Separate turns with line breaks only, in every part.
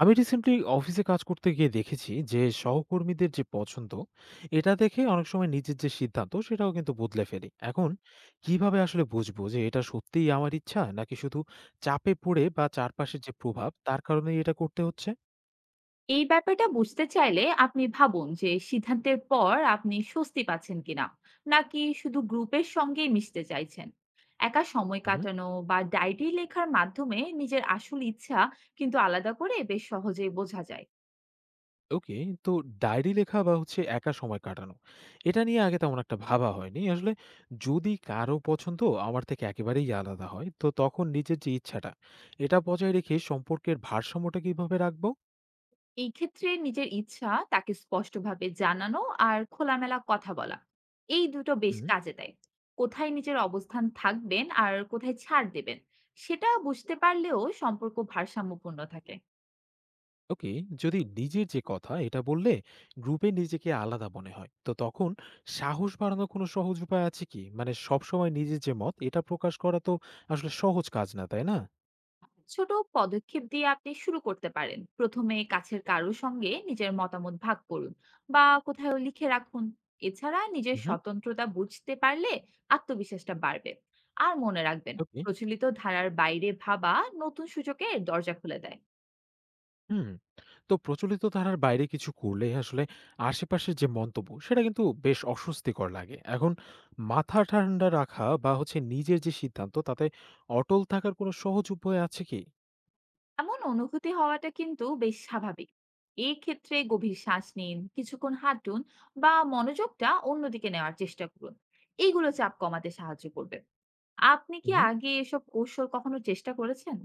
আমি রিসেন্টলি অফিসে কাজ করতে গিয়ে দেখেছি যে সহকর্মীদের যে পছন্দ, এটা দেখে অনেক সময় নিজের যে সিদ্ধান্ত সেটাও কিন্তু বদলে ফেলি। এখন কিভাবে আসলে বুঝবো যে এটা সত্যিই আমার ইচ্ছা, নাকি শুধু চাপে পড়ে বা চারপাশের যে প্রভাব তার কারণেই এটা করতে হচ্ছে?
এই ব্যাপারটা বুঝতে চাইলে আপনি ভাবুন যে সিদ্ধান্তের পর আপনি স্বস্তি পাচ্ছেন কিনা, নাকি শুধু গ্রুপের সঙ্গেই মিশতে চাইছেন। একা সময়
হুম।
কাটানো বা ডায়েরি লেখার মাধ্যমে নিজের আসল ইচ্ছা কিন্তু আলাদা করে বেশ সহজেই বোঝা যায়।
ওকে। তো ডায়েরি লেখা বা হচ্ছে একা সময় কাটানো, এটা নিয়ে আগে তেমন একটা ভাবা হয়নি আসলে। যদি কারো পছন্দ আমার থেকে একেবারেই আলাদা হয়, তো তখন নিজের যে ইচ্ছাটা, এটা বজায় রেখে সম্পর্কের ভারসাম্যটা কিভাবে রাখবো?
এই ক্ষেত্রে নিজের ইচ্ছা তাকে স্পষ্টভাবে জানানো আর খোলামেলা কথা বলা, এই দুটো বেশ
হুম।
কাজে দেয়। কোথায় নিজের অবস্থান থাকবেন আর কোথায় ছাড় দেবেন, সেটা বুঝতে পারলেও সম্পর্ক ভারসাম্যপূর্ণ থাকে।
ওকে। যদি নিজের যে কথা, এটা বললে গ্রুপে নিজেকে আলাদা মনে হয়, তো তখন সাহস বাড়ানোর কোনো সহজ উপায় আছে কি? মানে সবসময় নিজের যে মত, এটা প্রকাশ করা তো আসলে সহজ কাজ না, তাই না?
ছোট পদক্ষেপ দিয়ে আপনি শুরু করতে পারেন। প্রথমে কাছের কারোর সঙ্গে নিজের মতামত ভাগ করুন বা কোথাও লিখে রাখুন। এছাড়া নিজের
হুম।
স্বতন্ত্রতা বুঝতে পারলে আত্মবিশ্বাসটা বাড়বে। আর মনে রাখবেন,
ওকে।
প্রচলিত ধারার বাইরে ভাবা নতুন সুযোগের দরজা খুলে দেয়।
হুম। তো প্রচলিত ধারার বাইরে কিছু করলে আসলে আশেপাশের যে মন্তব্য, সেটা কিন্তু বেশ অস্বস্তিকর লাগে। এখন মাথা ঠান্ডা রাখা বা হচ্ছে নিজের যে সিদ্ধান্ত, তাতে অটল থাকার কোনো সহজ উপায় আছে কি?
এমন অনুভূতি হওয়াটা কিন্তু বেশ স্বাভাবিক। এই ক্ষেত্রে গভীর শ্বাস নিন, কিছুক্ষণ হাঁটুন বা মনোযোগটা অন্যদিকে নেওয়ার চেষ্টা করুন। এইগুলো চাপ কমাতে সাহায্য করবে। আপনি কি আগে এসব কৌশল কখনো চেষ্টা করেছেন?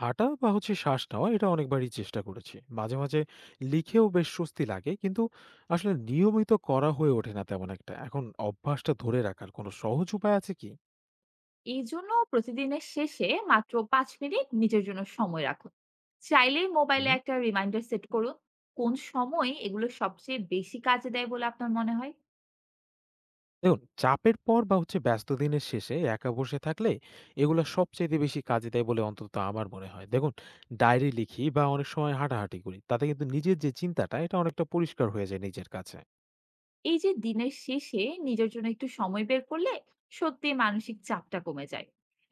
হাঁটা বা হচ্ছে শ্বাস নেওয়া, এটা অনেকবারই চেষ্টা করেছি। মাঝে, মাঝে লিখেও বেশ স্বস্তি লাগে। কিন্তু আসলে নিয়মিত করা হয়ে ওঠে না তেমন একটা। এখন অভ্যাসটা ধরে রাখার কোনো সহজ উপায় আছে কি?
এই জন্য প্রতিদিনের শেষে মাত্র 5 মিনিট নিজের জন্য সময় রাখুন। চাইলে মোবাইলে
হুম।
একটা রিমাইন্ডার সেট করুন। কোন সময় এগুলো সবচেয়ে বেশি কাজে দেয় বলে আপনার মনে হয়?
দেখুন, চাপের পর বা হচ্ছে ব্যস্ত দিনের শেষে একা বসে থাকলে এগুলা সবচাইতে বেশি কাজে দেয় বলে অন্তত আমার মনে হয়। দেখুন, ডায়েরি লিখি বা অনেক সময় হাঁটাহাঁটি করি। তাতে কিন্তু নিজের যে চিন্তাটা, এটা অনেকটা পরিষ্কার হয়ে যায় নিজের কাছে।
এই যে দিনের শেষে নিজের জন্য একটু সময় বের করলে সত্যি মানসিক চাপটা কমে যায়।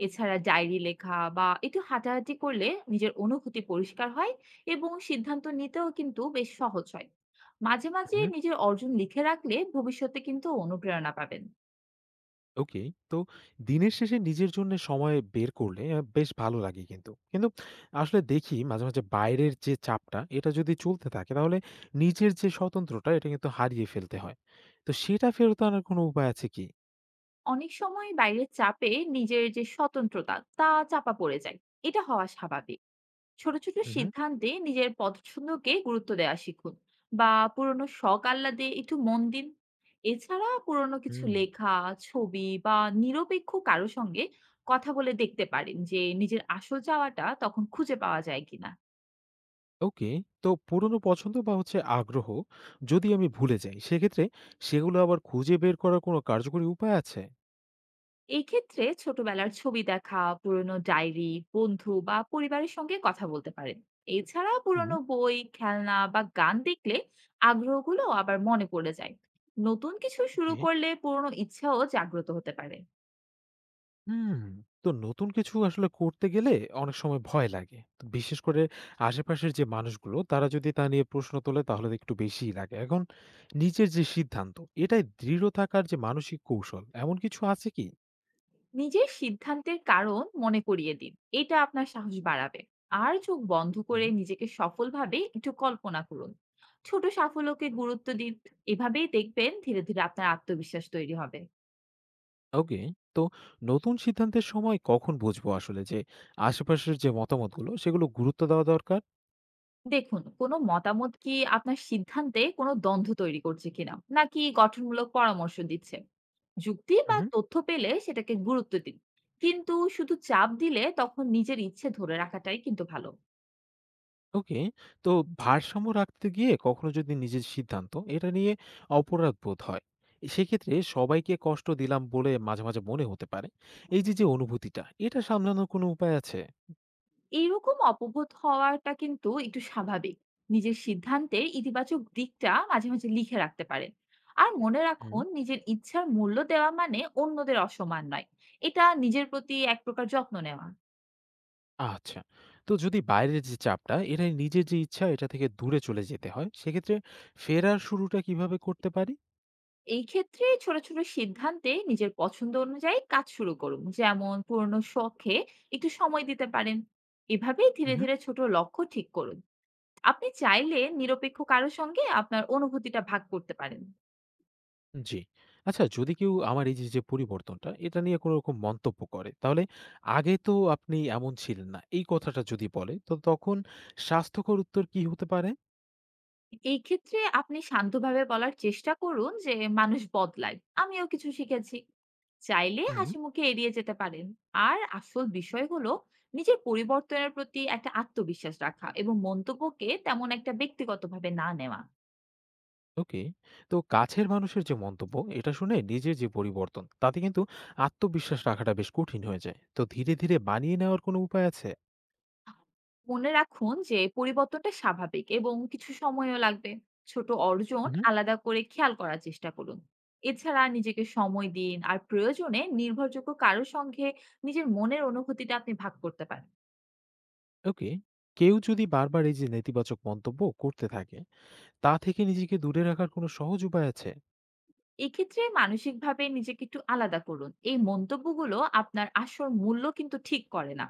এছাড়া ডায়েরি লেখা বা একটু হাঁটাহাঁটি করলে নিজের অনুভূতি পরিষ্কার হয় এবং সিদ্ধান্ত নিতেও কিন্তু বেশ সহজ হয়। মাঝে মাঝে
হুম।
নিজের অর্জন লিখে রাখলে ভবিষ্যতে কিন্তু অনুপ্রেরণা পাবেন।
ওকে। তো দিনের শেষে নিজের জন্য সময় বের করলে বেশ ভালো লাগে কিন্তু। কিন্তু আসলে দেখি মাঝে, মাঝে বাইরের যে চাপটা, এটা যদি চলতে থাকে তাহলে নিজের যে স্বতন্ত্রটা, এটা কিন্তু হারিয়ে ফেলতে হয়। তো সেটা ফেরত আনার কোনো উপায় আছে কি?
অনেক সময় বাইরের চাপে নিজের যে স্বতন্ত্রতা তা চাপা পড়ে যায়। এটা হওয়া স্বাভাবিক। ছোট ছোট
হু, হু,
সিদ্ধান্তে নিজের পছন্দকে গুরুত্ব দেওয়া শিখুন বা পুরনো শখ আহ্লাদে একটু মন দিন। এছাড়া পুরনো কিছু
হুম।
লেখা, ছবি বা নিরপেক্ষ কারো সঙ্গে কথা বলে দেখতে পারেন যে নিজের আসল চাওয়াটা তখন খুঁজে পাওয়া যায় কিনা।
ওকে। তো পুরনো পছন্দ বা হচ্ছে আগ্রহ যদি আমি ভুলে যাই, সেক্ষেত্রে সেগুলো আবার খুঁজে বের করার কোনো কার্যকরী উপায় আছে?
এক্ষেত্রে ছোটবেলার ছবি দেখা, পুরনো ডায়েরি, বন্ধু বা পরিবারের সঙ্গে কথা বলতে পারেন। এছাড়া
হুম।
পুরনো বই, খেলনা বা গান দেখলে আগ্রহগুলো আবার মনে পড়ে যায়। নতুন কিছু শুরু
ওকে।
করলে পুরনো ইচ্ছাও জাগ্রত হতে পারে।
হুম, তো নতুন কিছু আসলে করতে গেলে অনেক সময় ভয় লাগে। তো বিশেষ করে আশেপাশের যে মানুষগুলো তারা যদি তা নিয়ে প্রশ্ন তোলে, তাহলে তো একটু বেশিই লাগে। এখন নিজের যে সিদ্ধান্ত, এটায় দৃঢ় থাকার যে মানসিক কৌশল এমন কিছু আছে কি?
নিজের সিদ্ধান্তের কারণ মনে করিয়ে দিন, এটা আপনার সাহস বাড়াবে। আর চোখ বন্ধ
হুম।
করে নিজেকে সফলভাবে একটু কল্পনা করুন। ছোট সাফল্যকে গুরুত্ব দিন। এভাবেই দেখবেন ধীরে ধীরে আপনার আত্মবিশ্বাস তৈরি হবে।
ওকে, তো নতুন সিদ্ধান্তের সময় কখন বুঝবো আসলে যে আশেপাশের যে মতামতগুলো সেগুলো গুরুত্ব দেওয়া দরকার?
দেখুন, কোনো মতামত কি আপনার সিদ্ধান্তে কোনো দ্বন্দ্ব তৈরি করছে কিনা, নাকি গঠনমূলক পরামর্শ দিচ্ছে? যুক্তি বা
হুম।
তথ্য পেলে সেটাকে গুরুত্ব দিন। কিন্তু শুধু চাপ দিলে তখন নিজের ইচ্ছে ধরে রাখাটাই কিন্তু ভালো।
ওকে। তো ভারসাম্য রাখতে গিয়ে কখনো যদি নিজের সিদ্ধান্ত, এটা নিয়ে অপরাধ বোধ হয়, সেক্ষেত্রে সবাইকে কষ্ট দিলাম বলে মাঝে, মাঝে মনে হতে পারে। এই যে অনুভূতিটা, এটা সামলানোর কোনো উপায় আছে?
এইরকম অপবোধ হওয়াটা কিন্তু একটু স্বাভাবিক। নিজের সিদ্ধান্তের ইতিবাচক দিকটা মাঝে, মাঝে লিখে রাখতে পারেন। আর মনে
হুম।
রাখুন, নিজের ইচ্ছার মূল্য দেওয়া মানে অন্যদের অসম্মান নয়। এটা নিজের প্রতি এক প্রকার যত্ন নেওয়া।
আচ্ছা। তো যদি বাইরের যে চাপটা, এটা নিজের যে ইচ্ছা, এটা থেকে দূরে চলে যেতে হয়, সেক্ষেত্রে ফেরার শুরুটা কিভাবে করতে পারি?
এই ক্ষেত্রে ছোট ছোট সিদ্ধান্তে নিজের পছন্দ অনুযায়ী কাজ শুরু করুন, যেমন পুরনো শখে একটু সময় দিতে পারেন। এভাবেই ধীরে
হুম।
ধীরে ছোট লক্ষ্য ঠিক করুন। আপনি চাইলে নিরপেক্ষ কারো সঙ্গে আপনার অনুভূতিটা ভাগ করতে পারেন।
জি। আচ্ছা, যদি কেউ আমার এই যে পরিবর্তনটা, এটা নিয়ে কোনো রকম মন্তব্য করে, তাহলে "আগে তো আপনি এমন ছিলেন না" এই কথাটা যদি বলে, তো তখন স্বাস্থ্যকর উত্তর কি হতে পারে?
এই ক্ষেত্রে আপনি শান্তভাবে বলার চেষ্টা করুন যে মানুষ বদলায়, আমিও কিছু শিখেছি। চাইলে
হুম।
হাসি মুখে এড়িয়ে যেতে পারেন। আর আসল বিষয় হলো নিজের পরিবর্তনের প্রতি একটা আত্মবিশ্বাস রাখা এবং মন্তব্যকে তেমন একটা ব্যক্তিগতভাবে না নেওয়া।
ওকে। তো কাছের মানুষের যে মন্তব্য, এটা শুনে নিজের যে পরিবর্তন, তাতে কিন্তু আত্মবিশ্বাস রাখাটা বেশ কঠিন হয়ে যায়। তো ধীরে, ধীরে মানিয়ে নেওয়ার কোনো উপায় আছে?
মনে রাখুন যে পরিবর্তনটা স্বাভাবিক এবং কিছু সময়ও লাগবে। ছোট অর্জন
উহুম।
আলাদা করে খেয়াল করার চেষ্টা করুন। এছাড়া নিজেকে সময় দিন, আর প্রয়োজনে নির্ভরযোগ্য কারোর সঙ্গে নিজের মনের অনুভূতিটা আপনি ভাগ করতে পারেন।
ওকে। কেউ যদি বারবার এই যে নেতিবাচক মন্তব্য করতে থাকে, তা থেকে নিজেকে দূরে রাখার কোনো সহজ উপায় আছে?
এক্ষেত্রে মানসিকভাবে নিজেকে একটু আলাদা করুন। এই মন্তব্যগুলো আপনার আসল মূল্য কিন্তু ঠিক করে না।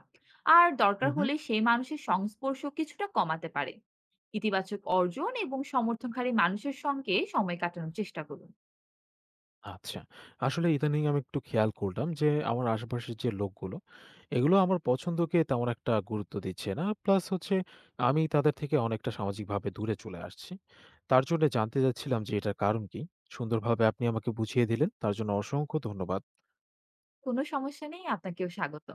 আর দরকার
উহুম।
হলে সেই মানুষের সংস্পর্শ কিছুটা কমাতে পারে। ইতিবাচক অর্জন এবং সমর্থনকারী মানুষের সঙ্গে সময় কাটানোর চেষ্টা করুন।
আচ্ছা। আসলে ইদানিং আমি একটু খেয়াল করলাম যে আমার আশেপাশের যে লোকগুলো, এগুলো আমার পছন্দকে তেমন একটা গুরুত্ব দিচ্ছে না। প্লাস হচ্ছে আমি তাদের থেকে অনেকটা সামাজিকভাবে দূরে চলে আসছি। তার জন্য জানতে চাচ্ছিলাম যে এটার কারণ কি? সুন্দরভাবে আপনি আমাকে বুঝিয়ে দিলেন। তার জন্য অসংখ্য ধন্যবাদ।
কোনো সমস্যা নেই। আপনাকেও স্বাগত।